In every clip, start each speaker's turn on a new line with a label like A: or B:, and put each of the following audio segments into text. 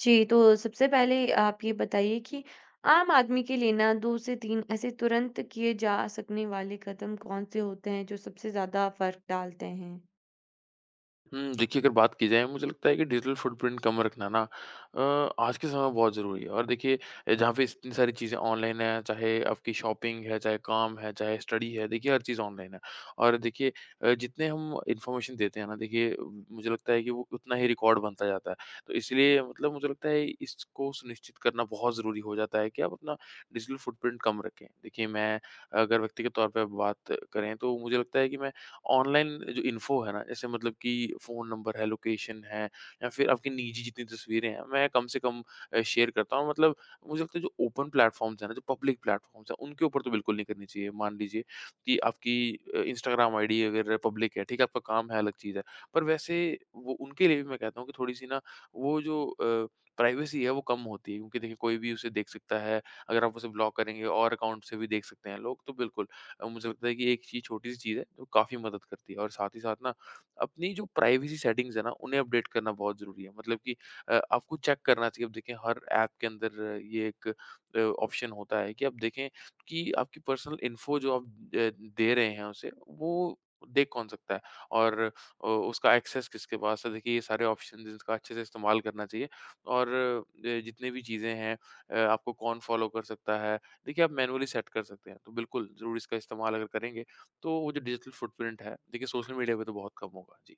A: जी, तो सबसे पहले आप ये बताइए कि आम आदमी के लिए ना 2 से 3 ऐसे तुरंत किए जा सकने वाले कदम कौन-से होते हैं, जो सबसे ज़्यादा फ़र्क डालते हैं?
B: देखिए अगर बात की जाए मुझे लगता है कि डिजिटल फुटप्रिंट कम रखना ना आज के समय में बहुत ज़रूरी है। और देखिए जहाँ पे इतनी सारी चीज़ें ऑनलाइन हैं, चाहे आपकी शॉपिंग है, चाहे काम है, चाहे स्टडी है, देखिए हर चीज़ ऑनलाइन है। और देखिए जितने हम इन्फॉर्मेशन देते हैं ना, देखिए मुझे लगता है कि वो उतना ही रिकॉर्ड बनता जाता है। तो इसलिए मतलब मुझे लगता है इसको सुनिश्चित करना बहुत ज़रूरी हो जाता है कि आप अपना डिजिटल फुटप्रिंट कम रखें। देखिए मैं, अगर व्यक्तिगत तौर पे बात करें, तो मुझे लगता है कि मैं ऑनलाइन जो इन्फ़ो है ना, जैसे मतलब कि फ़ोन नंबर है, लोकेशन है या फिर आपकी निजी जितनी तस्वीरें हैं, मैं कम से कम शेयर करता हूँ। मतलब मुझे लगता है जो ओपन प्लेटफ़ॉर्म्स हैं ना, जो पब्लिक प्लेटफ़ॉर्म्स हैं, उनके ऊपर तो बिल्कुल नहीं करनी चाहिए। मान लीजिए कि आपकी इंस्टाग्राम आईडी अगर पब्लिक है, ठीक है, आपका काम है, अलग चीज़ है। पर वैसे वो उनके लिए भी मैं कहता हूँ कि थोड़ी-सी ना, वो जो प्राइवेसी है वो कम होती है क्योंकि देखिए कोई भी उसे देख सकता है। अगर आप उसे ब्लॉक करेंगे और अकाउंट से भी देख सकते हैं लोग, तो बिल्कुल। मुझे लगता है कि एक चीज़ छोटी सी चीज़ है जो काफ़ी मदद करती है, और साथ ही साथ ना, अपनी जो प्राइवेसी सेटिंग्स है ना उन्हें अपडेट करना बहुत ज़रूरी है। मतलब कि आपको चेक करना चाहिए। अब देखें हर ऐप के अंदर ये एक ऑप्शन होता है कि आप देखें कि आपकी पर्सनल इन्फो जो आप दे रहे हैं उसे वो देख कौन सकता है, और उसका एक्सेस किसके पास है। देखिए ये सारे ऑप्शन, इसका अच्छे से इस्तेमाल करना चाहिए। और जितने भी चीज़ें हैं, आपको कौन फॉलो कर सकता है, देखिए आप मैनुअली सेट कर सकते हैं। तो बिल्कुल ज़रूर इसका इस्तेमाल अगर करेंगे, तो वो जो डिजिटल फुटप्रिंट है, देखिए सोशल मीडिया पे तो बहुत कम होगा। जी।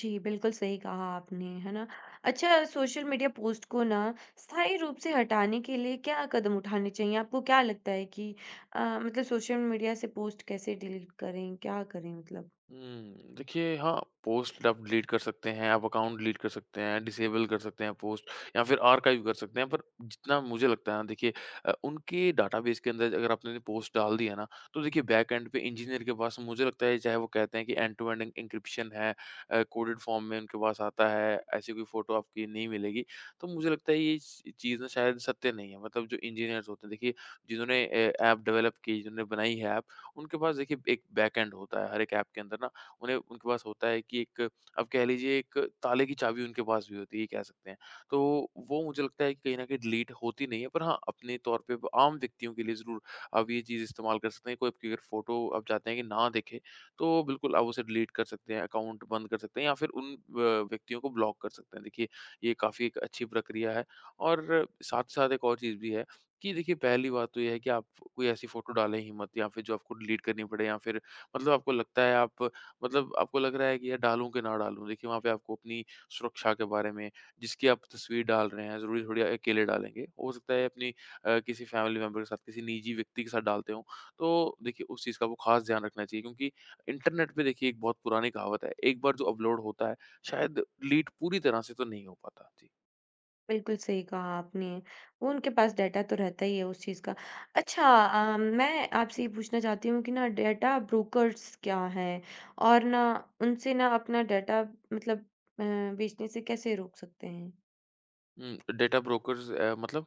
A: जी, बिल्कुल सही कहा आपने, है ना? अच्छा सोशल मीडिया पोस्ट को ना स्थायी रूप से हटाने के लिए क्या कदम उठाने चाहिए? आपको क्या लगता है कि मतलब सोशल मीडिया से पोस्ट कैसे डिलीट करें, क्या करें मतलब?
B: देखिए हाँ, पोस्ट आप डिलीट कर सकते हैं, आप अकाउंट डिलीट कर सकते हैं, डिसेबल कर सकते हैं पोस्ट या फिर आर्काइव कर सकते हैं। पर जितना मुझे लगता है ना, देखिए उनके डाटाबेस के अंदर अगर आपने पोस्ट डाल दी है ना, तो देखिए बैक एंड पे इंजीनियर के पास, मुझे लगता है चाहे वो कहते हैं कि एंड टू एंड एन्क्रिप्शन है, कोडेड फॉर्म में उनके पास आता है, ऐसी कोई फ़ोटो आपकी नहीं मिलेगी। तो मुझे लगता है ये च चीज़ ना शायद सत्य नहीं है। मतलब जो इंजीनियर्स होते हैं, देखिए जिन्होंने ए ऐप डेवलप की, जिन्होंने बनाई है ऐप, उनके पास देखिए एक बैकएंड होता है। हर एक ऐप के अंदर ना, उन्हें उनके पास होता है कि एक, अब कह लीजिए एक ताले की चाबी उनके पास भी होती है, ये कह सकते हैं। तो वो मुझे लगता है कि कहीं न कहीं डिलीट होती नहीं है। पर हाँ, अपने तौर पे आम व्यक्तियों के लिए ज़रूर आप ये चीज़ इस्तेमाल कर सकते हैं। कोई आपकी अगर फ़ोटो, आप चाहते हैं कि ना दिखे, तो बिल्कुल आप उसे डिलीट कर सकते हैं, अकाउंट बंद कर सकते हैं या फिर उन व व्यक्तियों को ब्लॉक कर सकते हैं। देखिए ये काफ़ी एक अच्छी प्रक्रिया है। और साथ ही साथ एक और चीज़ भी है कि देखिए पहली बात तो ये है कि आप कोई ऐसी फ़ोटो डालें ही मत, या फिर जो आपको डिलीट करनी पड़े, या फिर मतलब आपको लगता है आप मतलब आपको लग रहा है कि यार डालूँ कि ना डालूँ। देखिए वहाँ पे आपको अपनी सुरक्षा के बारे में, जिसकी आप तस्वीर डाल रहे हैं, ज़रूरी थोड़ी अकेले डालेंगे। हो सकता है अपनी किसी फैमिली मेंबर के साथ, किसी निजी व्यक्ति के साथ डालते हों। तो देखिए उस चीज़ का आपको ख़ास ध्यान रखना चाहिए क्योंकि इंटरनेट पे, देखिए, एक बहुत पुरानी कहावत है, एक बार जो अपलोड होता है शायद डिलीट पूरी तरह से तो नहीं हो पाता। जी।
A: बिल्कुल सही कहा आपने। वो उनके पास डेटा तो रहता ही है उस चीज़ का। अच्छा मैं आपसे ये पूछना चाहती हूँ कि ना डेटा ब्रोकर्स क्या हैं? और ना उनसे ना अपना डेटा मतलब अ, बेचने से कैसे रोक सकते हैं?
B: डेटा ब्रोकर्स, मतलब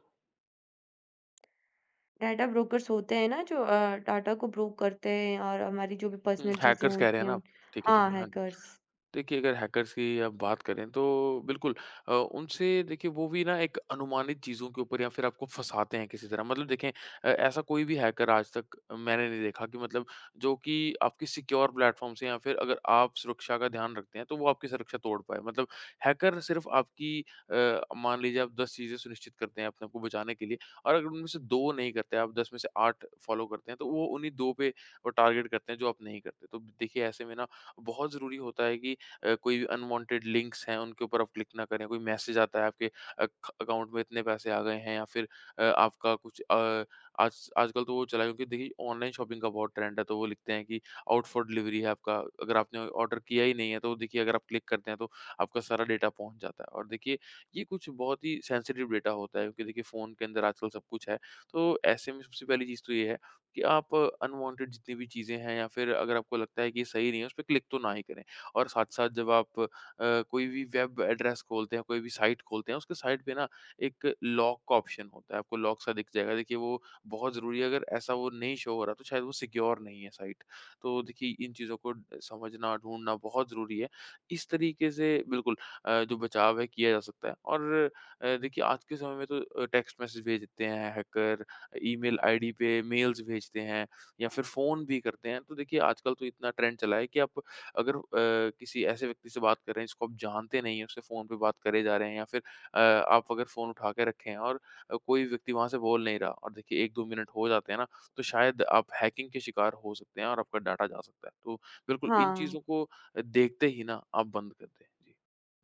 A: डेटा ब्रोकर्स होते हैं ना जो डाटा को ब्रोक करते हैं और हमारी जो भी पर्सनल चीज़ें
B: हैकर्स कह रहे
A: होती
B: हैं ना
A: हैं
B: आप? ठीक है, ठीक
A: हाँ,
B: है। हाँ।
A: हैकर्स।
B: देखिए, अगर हैकर्स की आप बात करें तो बिल्कुल, उनसे, देखिए, वो भी ना एक अनुमानित चीज़ों के ऊपर, या फिर आपको फँसाते हैं किसी तरह। मतलब देखें, ऐसा कोई भी हैकर आज तक मैंने नहीं देखा कि मतलब, जो कि आपकी सिक्योर प्लेटफ़ॉर्म से, या फिर अगर आप सुरक्षा का ध्यान रखते हैं, तो वो आपकी सुरक्षा तोड़ पाए। मतलब हैकर सिर्फ़ आपकी, मान लीजिए आप 10 चीज़ें सुनिश्चित करते हैं अपने आप को बचाने के लिए, और अगर उनमें से 2 नहीं करते, आप 10 में से 8 फ़ॉलो करते हैं, तो वो उन्हीं 2 पे, वो टारगेट करते हैं जो आप नहीं करते। तो देखिए ऐसे में ना, बहुत ज़रूरी होता है कि कोई भी अनवांटेड लिंक्स हैं उनके ऊपर आप क्लिक ना करें। कोई मैसेज आता है आपके ख अकाउंट में इतने पैसे आ गए हैं, या फिर आपका कुछ, आज आजकल तो वो चला है क्योंकि देखिए ऑनलाइन शॉपिंग का बहुत ट्रेंड है, तो वो लिखते हैं कि आउट फॉर डिलीवरी है आपका, अगर आपने ऑर्डर किया ही नहीं है, तो देखिए अगर आप क्लिक करते हैं तो आपका सारा डेटा पहुँच जाता है। और देखिए ये कुछ बहुत ही सेंसिटिव डेटा होता है क्योंकि देखिए फ़ोन के अंदर आजकल सब कुछ है। तो ऐसे में सबसे पहली चीज़ तो ये है कि आप अनवांटेड जितनी भी चीज़ें हैं, या फिर अगर आपको लगता है कि ये सही नहीं है, उस पे क्लिक तो ना ही करें। और साथ-साथ जब आप कोई भी वेब एड्रेस खोलते हैं, कोई भी साइट खोलते हैं, उसके साइट पे ना एक लॉक का ऑप्शन होता है, आपको लॉक सा दिख जाएगा। देखिए वो बहुत ज़रूरी है, अगर ऐसा वो नहीं शो हो रहा तो शायद वो सिक्योर नहीं है साइट। तो देखिए इन चीज़ों को ड समझना, ढूँढना बहुत ज़रूरी है। इस तरीके से बिल्कुल जो बचाव है किया जा सकता है। और देखिए आज के समय में तो टेक्स्ट मैसेज भेज देते हैं हैकर, ईमेल आईडी पे मेल्स भेजते हैं, या फिर फ़ोन भी करते हैं। तो देखिए आजकल तो इतना ट्रेंड चला है कि आप अगर किसी ऐसे व्यक्ति से बात कर रहे हैं जिसको आप जानते नहीं हैं, उससे फ़ोन पे बात करे जा रहे हैं, या फिर आप अगर फ़ोन उठा के रखे हैं, और कोई व्यक्ति वहाँ से बोल नहीं रहा, और देखिए 1-2 मिनट हो जाते हैं ना, तो शायद आप हैकिंग के शिकार हो सकते हैं और आपका डाटा जा सकता है। तो बिल्कुल इन
A: हाँ।
B: चीज़ों को देखते ही ना आप बंद कर दें। जी।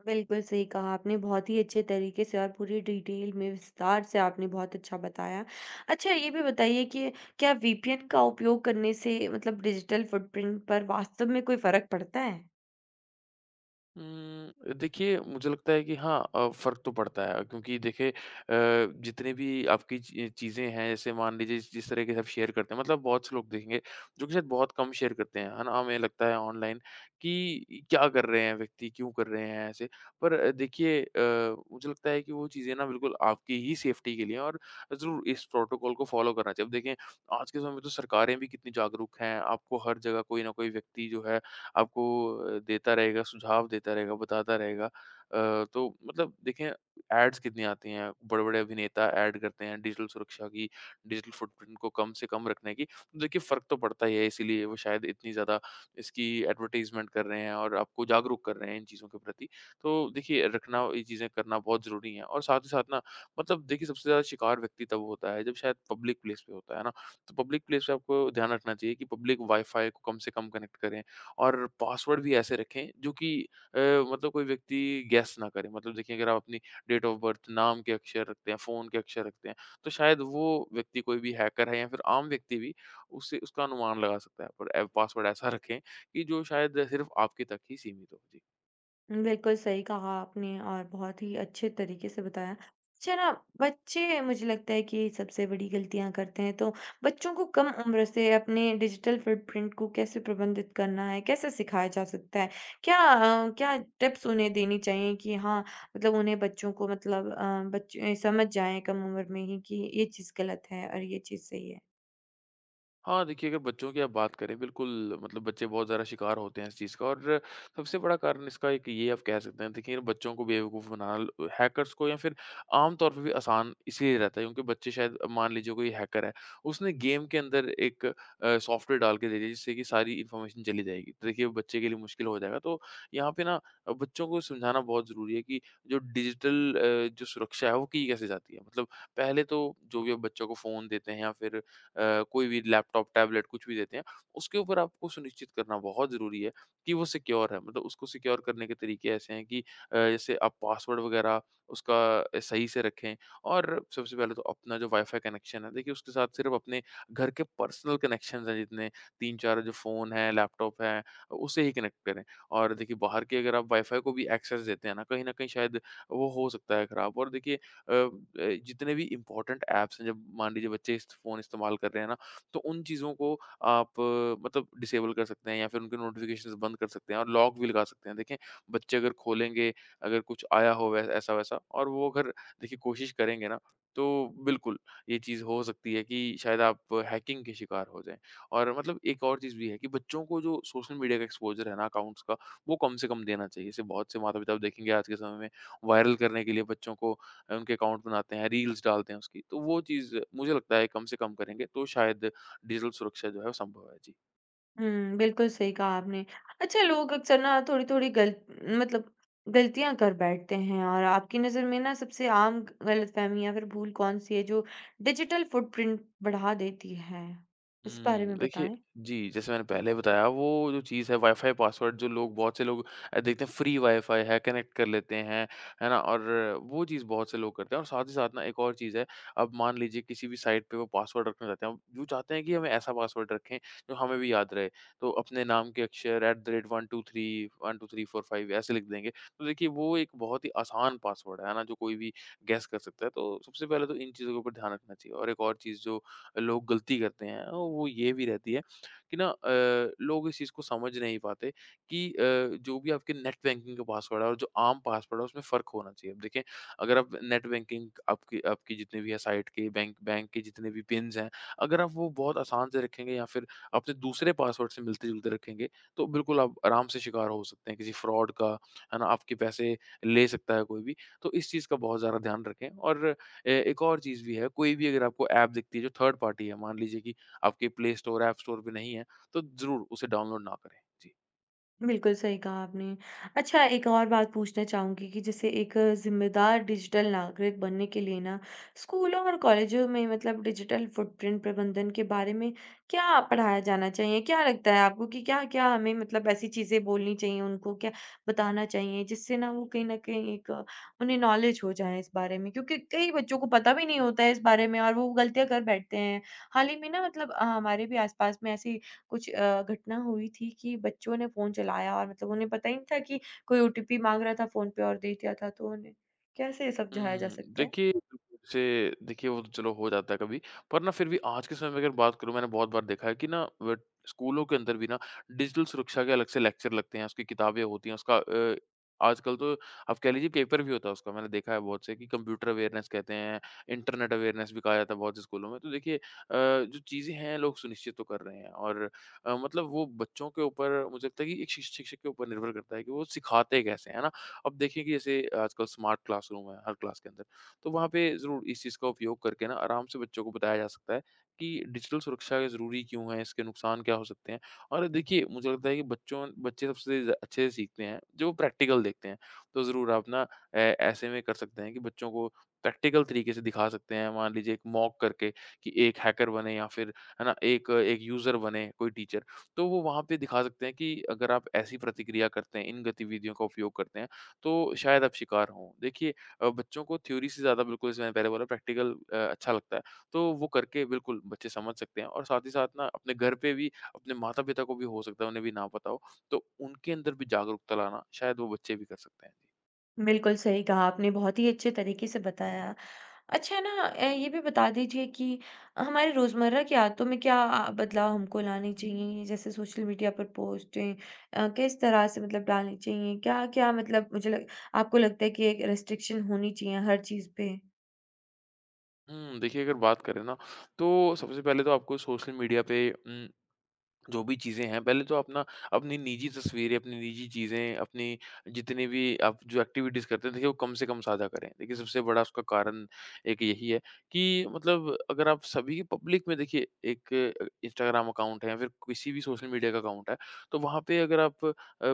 A: बिल्कुल सही कहा आपने, बहुत ही अच्छे तरीके से और पूरी डिटेल में विस्तार से आपने बहुत अच्छा बताया। अच्छा ये भी बताइए कि क्या वीपीएन का उपयोग करने से मतलब डिजिटल फुटप्रिंट पर वास्तव में कोई फ़र्क पड़ता है?
B: देखिए मुझे लगता है कि हाँ, फ़र्क तो पड़ता है, क्योंकि देखिए जितनी भी आपकी ची चीज़ें हैं, जैसे मान लीजिए जिस जिस तरह के सब शेयर करते हैं, मतलब बहुत से लोग देखेंगे जो कि शायद बहुत कम शेयर करते हैं, है ना? हमें लगता है ऑनलाइन कि क्या कर रहे हैं व्यक्ति, क्यों कर रहे हैं ऐसे? पर देखिए, मुझे लगता है कि वो चीज़ें ना बिल्कुल आपकी ही सेफ्टी के लिए हैं, और ज़रूर इस प्रोटोकॉल को फ़ॉलो करना चाहिए। अब देखें आज के समय में तो सरकारें भी कितनी जागरूक हैं, आपको हर जगह कोई ना कोई व्यक्ति जो है आपको देता रहेगा, सुझाव देता रहेगा, बताता रहेगा। तो मतलब देखें एड्स कितनी आती हैं, बड़े-बड़े अभिनेता ऐड करते हैं डिजिटल सुरक्षा की, डिजिटल फुटप्रिंट को कम से कम रखने की। तो देखिए फ़र्क तो पड़ता ही है, इसीलिए वो शायद इतनी ज़्यादा इसकी एडवर्टाइज़मेंट कर रहे हैं और आपको जागरूक कर रहे हैं इन चीज़ों के प्रति। तो देखिए रखना, ये चीज़ें करना बहुत ज़रूरी है। और साथ ही साथ ना, मतलब देखिए सबसे ज़्यादा शिकार व्यक्ति तब होता है जब शायद पब्लिक प्लेस पे होता है ना। तो पब्लिक प्लेस पे आपको ध्यान रखना चाहिए कि पब्लिक वाई-फाई को कम से कम कनेक्ट करें। और पासवर्ड भी ऐसे रखें जो कि अ, मतलब कोई व्यक्ति गेस ना करे। मतलब देखिए अगर आप अपनी डेट ऑफ बर्थ, नाम के अक्षर रखते हैं, फ़ोन के अक्षर रखते हैं, तो शायद वो व्यक्ति, कोई भी हैकर है या फिर आम व्यक्ति भी, उससे उसका अनुमान लगा सकता है। पर पासवर्ड ऐसा रखें कि जो शायद सिर्फ आपके तक ही सीमित हो। जी।
A: बिल्कुल सही कहा आपने और बहुत ही अच्छे तरीके से बताया। अच्छा ना बच्चे मुझे लगता है कि सबसे बड़ी गलतियाँ करते हैं, तो बच्चों को कम उम्र से अपने डिजिटल फुटप्रिंट को कैसे प्रबंधित करना है, कैसे सिखाया जा सकता है? क्या क्या टिप्स उन्हें देनी चाहिए कि हाँ, मतलब उन्हें बच्चों को मतलब बच्चे समझ जाएँ कम उम्र में ही कि ये चीज़ गलत है और ये चीज़ सही है?
B: हाँ, देखिए अगर बच्चों की आप बात करें, बिल्कुल, मतलब बच्चे बहुत ज़्यादा शिकार होते हैं इस चीज़ का। और सबसे बड़ा कारण इसका एक ये आप कह सकते हैं। देखिए बच्चों को बेवकूफ़ बनाना ल हैकर्स को या फिर आम तौर पे भी आसान इसलिए रहता है क्योंकि बच्चे, शायद मान लीजिए कोई हैकर है, उसने गेम के अंदर एक सॉफ्टवेयर डाल के दे दिया, जिससे कि सारी इन्फॉर्मेशन चली जाएगी। तो देखिए वो बच्चे के लिए मुश्किल हो जाएगा। तो यहाँ पे ना, बच्चों को समझाना बहुत ज़रूरी है कि जो डिजिटल जो सुरक्षा है वो की कैसे जाती है। मतलब पहले तो जो भी आप बच्चों को फ़ोन देते हैं या फिर कोई भी लैपटॉप, टैबलेट कुछ भी देते हैं, उसके ऊपर आपको सुनिश्चित करना बहुत ज़रूरी है कि वो सिक्योर है। मतलब उसको सिक्योर करने के तरीके ऐसे हैं कि जैसे आप पासवर्ड वगैरह उसका सही से रखें और सबसे पहले तो अपना जो वाईफ़ाई कनेक्शन है, देखिए उसके साथ सिर्फ़ अपने घर के पर्सनल कनेक्शंस हैं जितने 3-4 जो फ़ोन है, लैपटॉप है, उसे ही कनेक्ट करें। और देखिए बाहर के अगर आप वाईफ़ाई को भी एक्सेस देते हैं ना, कहीं न कहीं शायद वो हो सकता है खराब और देखिए अ अ, जितने भी इम्पोर्टेंट ऐप्स हैं जब मान लीजिए बच्चे इस फ़ोन इस्तेमाल कर रहे हैं ना, तो उन चीज़ों को आप मतलब डिसेबल कर सकते हैं या फिर उनके नोटिफ़िकेशंस बंद कर सकते हैं और लॉक भी लगा सकते हैं। देखें, बच्चे अगर खोलेंगे, अगर कुछ आया हो वै ऐसा-वैसा और वो अगर देखिए कोशिश करेंगे ना, तो बिल्कुल ये चीज़ हो सकती है कि शायद आप हैकिंग के शिकार हो जाएँ। और मतलब एक और चीज़ भी है कि बच्चों को जो सोशल मीडिया का एक्सपोज़र है ना अकाउंट्स का, वो कम से कम देना चाहिए। जैसे बहुत से माता-पिता आप देखेंगे आज के समय में वायरल करने के लिए बच्चों को उनके अकाउंट बनाते हैं, रील्स डालते हैं उसकी। तो वो चीज़ मुझे लगता है कम से कम करेंगे तो शायद डिजिटल सुरक्षा जो है वो संभव है। जी।
A: हुँ, बिल्कुल सही कहा आपने। अच्छा लोग अक्सर ना थोड़ी-थोड़ी गल मतलब गलतियाँ कर बैठते हैं और आपकी नज़र में ना सबसे आम गलतफ़हमी या फिर भूल कौन-सी है जो डिजिटल फुटप्रिंट बढ़ा देती है? इस बारे में
B: देखिए
A: बताएँ।
B: जी, जैसे मैंने पहले बताया वो जो चीज़ है वाईफ़ाई पासवर्ड जो लोग बहुत से लोग देखते हैं फ्री वाईफ़ाई है, कनेक्ट कर लेते हैं, है ना? और वो चीज़ बहुत से लोग करते हैं और साथ ही साथ ना एक और चीज़ है, अब मान लीजिए किसी भी साइट पे वो पासवर्ड रखना चाहते हैं, वो चाहते हैं कि हमें ऐसा पासवर्ड रखें जो हमें भी याद रहे। तो अपने नाम के अक्षर एट द रेट 123 12345 ऐसे लिख देंगे। तो देखिए वो एक बहुत ही आसान पासवर्ड है ना? जो कोई भी गेस कर सकता है। तो सबसे पहले तो इन चीज़ों के ऊपर ध्यान रखना चाहिए और एक और चीज़ जो लोग गलती करते हैं वो ये भी रहती है कि ना लोग इस चीज़ को समझ नहीं पाते कि जो भी आपके नेट बैंकिंग का पासवर्ड है और जो आम पासवर्ड है उसमें फ़र्क होना चाहिए। अब देखें अगर आप नेट बैंकिंग आपकी आपकी जितनी भी है साइट के बैंक बैंक के जितने भी पिन्स हैं, अगर आप वो बहुत आसान से रखेंगे या फिर अपने दूसरे पासवर्ड से मिलते-जुलते रखेंगे, तो बिल्कुल आप आराम से शिकार हो सकते हैं किसी फ्रॉड का, है ना? आपके पैसे ले सकता है कोई भी। तो इस चीज़ का बहुत ज़्यादा ध्यान रखें और एक और चीज़ भी है, कोई भी अगर आपको ऐप दिखती है जो थर्ड पार्टी है, मान लीजिए कि आपके प्ले स्टोर, ऐप स्टोर पे नहीं है, तो ज़रूर उसे डाउनलोड ना करें। जी।
A: बिल्कुल, सही कहा आपने। अच्छा एक और बात पूछना चाहूँगी कि जैसे एक ज़िम्मेदार डिजिटल नागरिक बनने के लिए ना, स्कूलों और कॉलेजों में मतलब डिजिटल फुटप्रिंट प्रबंधन के बारे में क्या पढ़ाया जाना चाहिए? क्या लगता है आपको कि क्या-क्या हमें मतलब ऐसी चीज़ें बोलनी चाहिए उनको, क्या बताना चाहिए जिससे ना वो कहीं न कहीं एक उन्हें नॉलेज हो जाए इस बारे में? क्योंकि कई बच्चों को पता भी नहीं होता है इस बारे में और वो गलतियाँ कर बैठते हैं। हाल ही में ना मतलब हमारे भी आस-पास में ऐसी कुछ घटना हुई थी कि बच्चों ने फ़ोन चलाया और मतलब उन्हें पता ही नहीं था कि कोई ओटीपी माँग रहा था फ़ोन पे और दे दिया था तो उन्हें कैसे ये समझाया जा
B: हुँ,
A: सकता है?
B: देखिए से देखिए वो तो चलो हो जाता है कभी, पर ना फिर भी आज के समय में अगर बात करूँ मैंने बहुत बार देखा है कि ना व स्कूलों के अंदर भी ना डिजिटल सुरक्षा के अलग से लेक्चर लगते हैं, उसकी किताबें होती हैं, उसका आजकल तो आप कह लीजिए पेपर भी होता है उसका, मैंने देखा है बहुत से कि कंप्यूटर अवेयरनेस कहते हैं, इंटरनेट अवेयरनेस भी कहा जाता है बहुत से स्कूलों में। तो देखिए जो चीज़ें हैं लोग सुनिश्चित तो कर रहे हैं और मतलब वो बच्चों के ऊपर मुझे लगता है कि एक शिक्षक के ऊपर निर्भर करता है कि वो सिखाते कैसे हैं, है ना? अब देखें कि जैसे आजकल स्मार्ट क्लासरूम है हर क्लास के अंदर, तो वहाँ पे ज़रूर इस चीज़ का उपयोग करके ना आराम से बच्चों को बताया जा सकता है कि डिजिटल सुरक्षा ज़रूरी क्यों है, इसके नुकसान क्या हो सकते हैं। और देखिए, मुझे लगता है कि बच्चों बच्चे सबसे ज़ अच्छे से सीखते हैं, जो प्रैक्टिकल देखते हैं। तो ज़रूर आप ना ऐसे में कर सकते हैं कि बच्चों को प्रैक्टिकल तरीके से दिखा सकते हैं। मान लीजिए एक मॉक करके कि एक हैकर बने या फिर है ना, एक एक यूज़र बने कोई टीचर, तो वो वहाँ पे दिखा सकते हैं कि अगर आप ऐसी प्रतिक्रिया करते हैं, इन गतिविधियों का उपयोग करते हैं, तो शायद आप शिकार हों। देखिए बच्चों को थ्योरी से ज़्यादा बिल्कुल जैसे मैंने पहले बोला प्रैक्टिकल अच्छा लगता है। तो वो करके बिल्कुल बच्चे समझ सकते हैं और साथ ही साथ ना अपने घर पे भी अपने माता-पिता को भी हो सकता है उन्हें भी ना पता हो, तो उनके अंदर भी जागरूकता लाना शायद वो बच्चे भी कर सकते हैं।
A: बिल्कुल सही कहा आपने, बहुत ही अच्छे तरीके से बताया। अच्छा ना ये भी बता दीजिए कि हमारे रोज़मर्रा की आदतों में क्या बदलाव हमको लाने चाहिए? जैसे सोशल मीडिया पर पोस्टें किस तरह से मतलब डालनी चाहिए? क्या-क्या मतलब मुझे लग आपको लगता है कि एक रिस्ट्रिक्शन होनी चाहिए हर चीज़ पे?
B: देखिए अगर बात करें ना तो सबसे पहले तो आपको सोशल मीडिया पे जो भी चीज़ें हैं, पहले तो अपना अपनी निजी तस्वीरें, अपनी निजी चीज़ें, अपनी जितनी भी आप जो एक्टिविटीज़ करते हैं, देखिए वो कम से कम साझा करें। देखिए सबसे बड़ा उसका कारण एक यही है कि मतलब अगर आप सभी पब्लिक में देखिए एक इंस्टाग्राम अकाउंट है या फिर किसी भी सोशल मीडिया का अकाउंट है, तो वहाँ पे अगर आप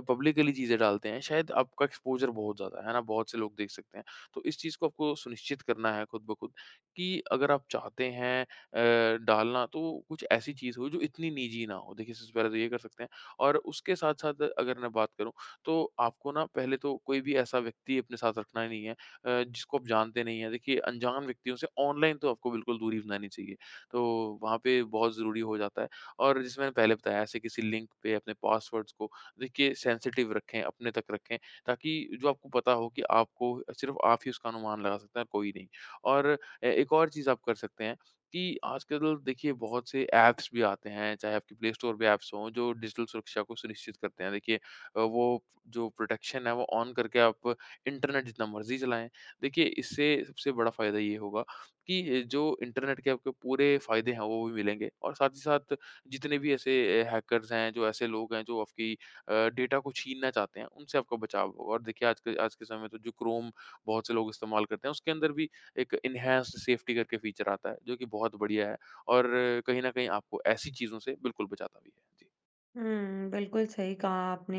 B: पब्लिकली चीज़ें डालते हैं, शायद आपका एक्सपोज़र बहुत ज़्यादा है ना, बहुत से लोग देख सकते हैं। तो इस चीज़ को आपको सुनिश्चित करना है खुद ब खुद कि अगर आप चाहते हैं अ, डालना तो कुछ ऐसी चीज़ हो जो इतनी निजी ना हो। देखिए सबसे पहले तो ये कर सकते हैं और उसके साथ-साथ अगर मैं बात करूँ तो आपको ना पहले तो कोई भी ऐसा व्यक्ति अपने साथ रखना ही नहीं है जिसको आप जानते नहीं हैं। देखिए अनजान व्यक्तियों से ऑनलाइन तो आपको बिल्कुल दूरी बनानी चाहिए। तो वहाँ पे बहुत ज़रूरी हो जाता है और जैसे मैंने पहले बताया ऐसे किसी लिंक पे अपने पासवर्ड्स को देखिए सेंसिटिव रखें, अपने तक रखें ताकि जो आपको पता हो कि आपको सिर्फ़ आप ही उसका अनुमान लगा सकते हैं और कोई नहीं। और एक और चीज़ आप कर सकते हैं कि आजकल देखिए बहुत से ऐप्स भी आते हैं, चाहे आपकी प्ले स्टोर पे ऐप्स हों, जो डिजिटल सुरक्षा को सुनिश्चित करते हैं। देखिए वो जो प्रोटेक्शन है, वो ऑन करके आप इंटरनेट जितना मर्ज़ी चलाएँ। देखिए, इससे सबसे बड़ा फ़ायदा ये होगा कि जो इंटरनेट के आपके पूरे फ़ायदे हैं, वो भी मिलेंगे और साथ ही साथ जितने भी ऐसे हैकर्स हैं, जो ऐसे लोग हैं, जो आपकी डेटा को छीनना चाहते हैं, उनसे आपका बचाव होगा और देखिए, आज के समय में तो जो क्रोम बहुत से लोग इस्तेमाल करते हैं, उसके अंदर भी एक एन्हांस्ड सेफ्टी करके फीचर आता है, जो कि बहुत बढ़िया है और कहीं न कहीं आपको ऐसी चीज़ों से बिल्कुल बचाता भी है। जी।
A: हुँ, बिल्कुल सही कहा आपने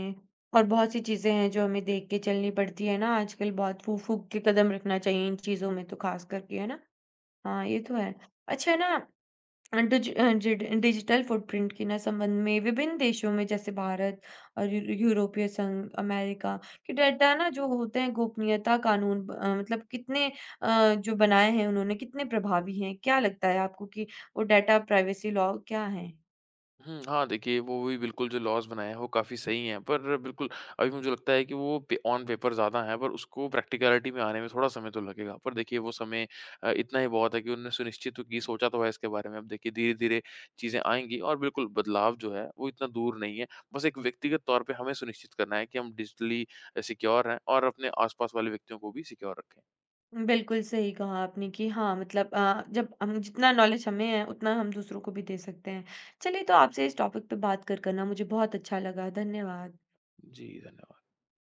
A: और बहुत सी चीज़ें हैं जो हमें देख के चलनी पड़ती है ना आजकल बहुत फूँक-फूँक के कदम रखना चाहिए इन चीज़ों में तो ख़ास करके, है ना? हाँ, ये तो है। अच्छा ना अ, डिज अ, जिड डिजिटल फुटप्रिंट के ना संबंध में विभिन्न देशों में जैसे भारत और यू यूरोपीय संघ, अमेरिका के डेटा ना जो होते हैं गोपनीयता कानून मतलब कितने जो बनाए हैं उन्होंने कितने प्रभावी हैं? क्या लगता है आपको कि वो डेटा प्राइवेसी लॉ क्या हैं?
B: हाँ, देखिए वो भी बिल्कुल जो लॉज़ बनाए हैं वो काफ़ी सही हैं, पर बिल्कुल अभी मुझे लगता है कि वो पे ऑन पेपर ज़्यादा हैं, पर उसको प्रैक्टिकलिटी में आने में थोड़ा समय तो लगेगा। पर देखिए वो समय इतना ही बहुत है कि उन्होंने सुनिश्चित तो की, सोचा तो है इसके बारे में। अब देखिए धीरे-धीरे चीज़ें आएँगी और बिल्कुल बदलाव जो है वो इतना दूर नहीं है। बस एक व्यक्तिगत तौर पे हमें सुनिश्चित करना है कि हम डिजिटली सिक्योर हैं और अपने आस-पास वाले व्यक्तियों को भी सिक्योर रखें।
A: बिल्कुल सही कहा आपने कि हाँ मतलब जब हम जितना नॉलेज हमें है उतना हम दूसरों को भी दे सकते हैं। चलिए तो आपसे इस टॉपिक पे बात कर कर ना मुझे बहुत अच्छा लगा। धन्यवाद।
B: जी धन्यवाद।